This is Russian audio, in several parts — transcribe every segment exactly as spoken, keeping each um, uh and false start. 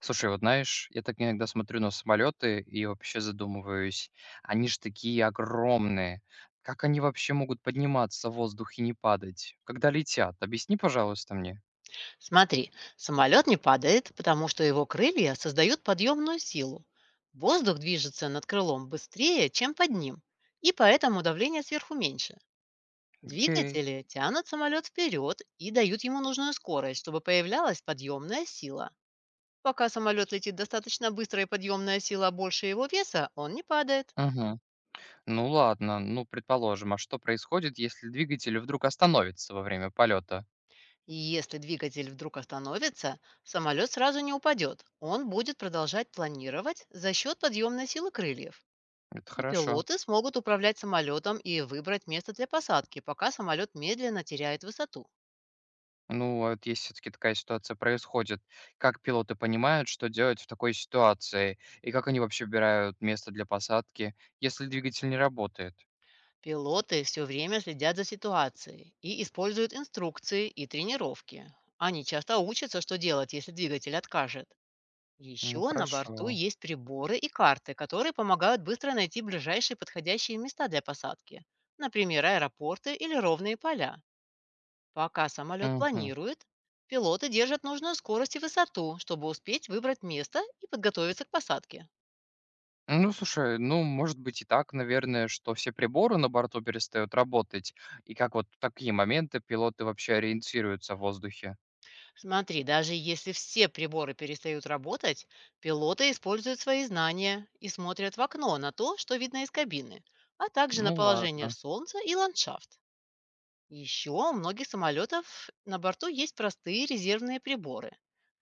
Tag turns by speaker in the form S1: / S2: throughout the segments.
S1: Слушай, вот знаешь, я так иногда смотрю на самолеты и вообще задумываюсь, они ж такие огромные. Как они вообще могут подниматься в воздух и не падать, когда летят? Объясни, пожалуйста, мне.
S2: Смотри, самолет не падает, потому что его крылья создают подъемную силу. Воздух движется над крылом быстрее, чем под ним, и поэтому давление сверху меньше.
S1: Окей.
S2: Двигатели тянут самолет вперед и дают ему нужную скорость, чтобы появлялась подъемная сила. Пока самолет летит достаточно быстро и подъемная сила больше его веса, он не падает.
S1: Мгм. Ну ладно, ну предположим, а что происходит, если двигатель вдруг остановится во время полета?
S2: И если двигатель вдруг остановится, самолет сразу не упадет. Он будет продолжать планировать за счет подъемной силы крыльев.
S1: Это
S2: И
S1: хорошо.
S2: пилоты смогут управлять самолетом и выбрать место для посадки, пока самолет медленно теряет высоту.
S1: Ну, а вот если все-таки такая ситуация происходит, как пилоты понимают, что делать в такой ситуации, и как они вообще выбирают место для посадки, если двигатель не работает?
S2: Пилоты все время следят за ситуацией и используют инструкции и тренировки. Они часто учатся, что делать, если двигатель откажет.
S1: Ну,
S2: Еще на борту
S1: хорошо.
S2: есть приборы и карты, которые помогают быстро найти ближайшие подходящие места для посадки, например, аэропорты или ровные поля. Пока самолет
S1: Мгм.
S2: планирует, пилоты держат нужную скорость и высоту, чтобы успеть выбрать место и подготовиться к посадке.
S1: Ну, слушай, ну, может быть и так, наверное, что все приборы на борту перестают работать, и как вот в такие моменты пилоты вообще ориентируются в воздухе.
S2: Смотри, даже если все приборы перестают работать, пилоты используют свои знания и смотрят в окно на то, что видно из кабины, а также на
S1: Ну,
S2: положение
S1: ладно.
S2: солнца и ландшафт. Еще у многих самолетов на борту есть простые резервные приборы,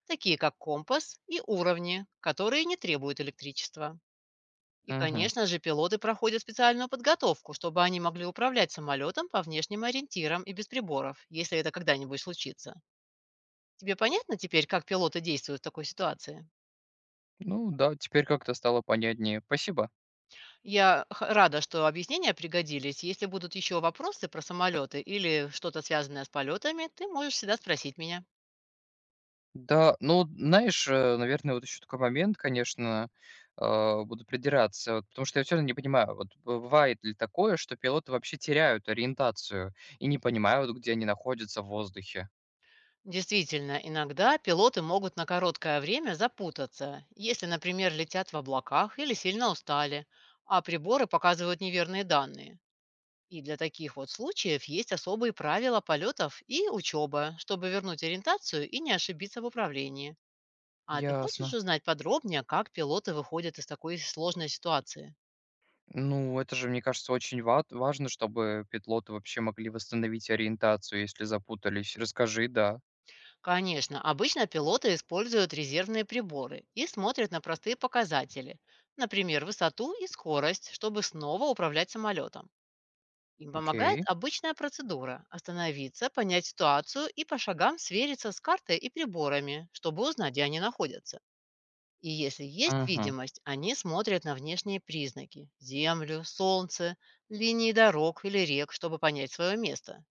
S2: такие как компас и уровни, которые не требуют электричества. И,
S1: Мгм.
S2: конечно же, пилоты проходят специальную подготовку, чтобы они могли управлять самолетом по внешним ориентирам и без приборов, если это когда-нибудь случится. Тебе понятно теперь, как пилоты действуют в такой ситуации?
S1: Ну, да, теперь как-то стало понятнее. Спасибо.
S2: Я х- рада, что объяснения пригодились. Если будут еще вопросы про самолеты или что-то связанное с полетами, ты можешь всегда спросить меня.
S1: Да, ну, знаешь, э, наверное, вот еще такой момент, конечно, э, буду придираться, вот потому что я все равно не понимаю, вот б- бывает ли такое, что пилоты вообще теряют ориентацию и не понимают, где они находятся в воздухе.
S2: Действительно, иногда пилоты могут на короткое время запутаться, если, например, летят в облаках или сильно устали, а приборы показывают неверные данные. И для таких вот случаев есть особые правила полетов и учеба, чтобы вернуть ориентацию и не ошибиться в управлении. А ты хочешь
S1: Ясно.
S2: узнать подробнее, как пилоты выходят из такой сложной ситуации?
S1: Ну, это же, мне кажется, очень ват важно, чтобы пилоты вообще могли восстановить ориентацию, если запутались. Расскажи, да.
S2: Конечно, обычно пилоты используют резервные приборы и смотрят на простые показатели, например, высоту и скорость, чтобы снова управлять самолетом. Им помогает
S1: Окей.
S2: обычная процедура– остановиться, понять ситуацию и по шагам свериться с картой и приборами, чтобы узнать, где они находятся. И если есть
S1: Мгм.
S2: видимость, они смотрят на внешние признаки– землю, солнце, линии дорог или рек, чтобы понять свое место.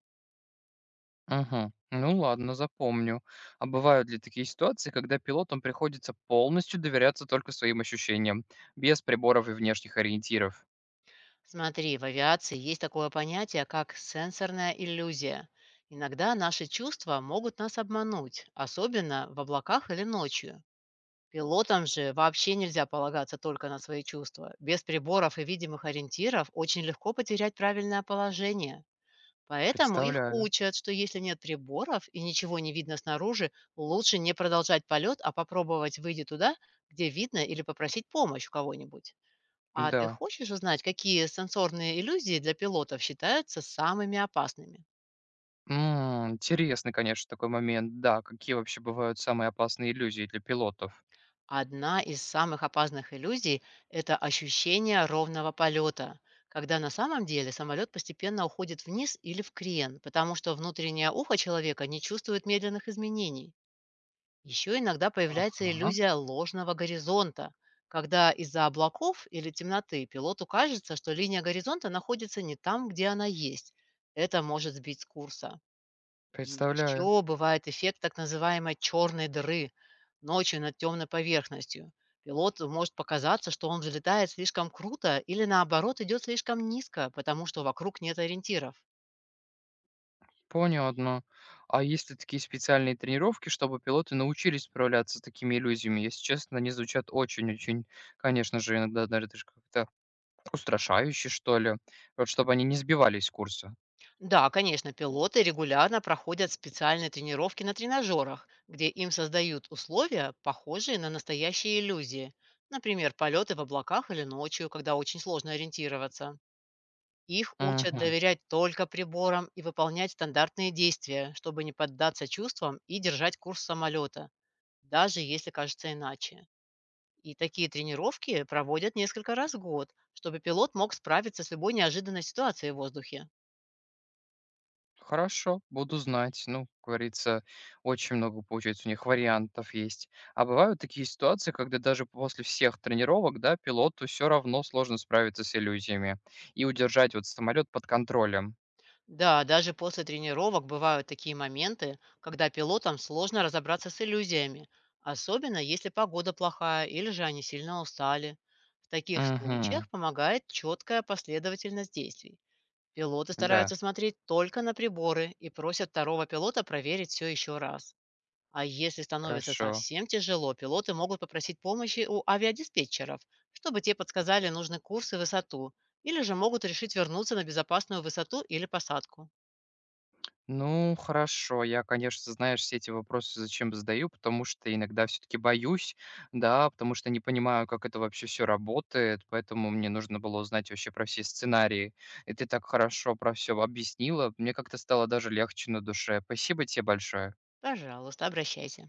S1: Мгм. Ну ладно, запомню. А бывают ли такие ситуации, когда пилотам приходится полностью доверяться только своим ощущениям, без приборов и внешних ориентиров?
S2: Смотри, в авиации есть такое понятие, как сенсорная иллюзия. Иногда наши чувства могут нас обмануть, особенно в облаках или ночью. Пилотам же вообще нельзя полагаться только на свои чувства. Без приборов и видимых ориентиров очень легко потерять правильное положение. Поэтому их
S1: Представляю.
S2: учат, что если нет приборов и ничего не видно снаружи, лучше не продолжать полет, а попробовать выйти туда, где видно, или попросить помощь у кого-нибудь. А ты
S1: Да.
S2: хочешь узнать, какие сенсорные иллюзии для пилотов считаются самыми опасными?
S1: М, интересный, конечно, такой момент. Да, какие вообще бывают самые опасные иллюзии для пилотов?
S2: Одна из самых опасных иллюзий– это ощущение ровного полета, когда на самом деле самолет постепенно уходит вниз или в крен, потому что внутреннее ухо человека не чувствует медленных изменений. Еще иногда появляется
S1: Ага,
S2: иллюзия ложного горизонта, когда из-за облаков или темноты пилоту кажется, что линия горизонта находится не там, где она есть. Это может сбить с курса.
S1: представляю.
S2: Еще бывает эффект так называемой черной дыры ночью над темной поверхностью. Пилоту может показаться, что он взлетает слишком круто или наоборот идет слишком низко, потому что вокруг нет ориентиров.
S1: Понятно. А есть ли такие специальные тренировки, чтобы пилоты научились справляться с такими иллюзиями? Если честно, они звучат очень-очень, конечно же, иногда даже даже как-то устрашающе, что ли. Вот чтобы они не сбивались с курса.
S2: Да, конечно, пилоты регулярно проходят специальные тренировки на тренажерах, где им создают условия, похожие на настоящие иллюзии. Например, полеты в облаках или ночью, когда очень сложно ориентироваться. Их учат
S1: Мгм.
S2: доверять только приборам и выполнять стандартные действия, чтобы не поддаться чувствам и держать курс самолета, даже если кажется иначе. И такие тренировки проводят несколько раз в год, чтобы пилот мог справиться с любой неожиданной ситуацией в воздухе.
S1: Хорошо, буду знать. Ну, как говорится, очень много, получается, у них вариантов есть. А бывают такие ситуации, когда даже после всех тренировок, да, пилоту все равно сложно справиться с иллюзиями и удержать вот самолет под контролем.
S2: Да, даже после тренировок бывают такие моменты, когда пилотам сложно разобраться с иллюзиями, особенно если погода плохая или же они сильно устали. В таких
S1: Угу,
S2: случаях помогает четкая последовательность действий. Пилоты
S1: да.
S2: стараются смотреть только на приборы и просят второго пилота проверить все еще раз. А если становится
S1: Хорошо.
S2: совсем тяжело, пилоты могут попросить помощи у авиадиспетчеров, чтобы те подсказали нужный курс и высоту, или же могут решить вернуться на безопасную высоту или посадку.
S1: Ну, хорошо. Я, конечно, знаешь, все эти вопросы зачем задаю, потому что иногда все-таки боюсь, да, потому что не понимаю, как это вообще все работает, поэтому мне нужно было узнать вообще про все сценарии. И ты так хорошо про все объяснила, мне как-то стало даже легче на душе. Спасибо тебе большое.
S2: Пожалуйста, обращайся.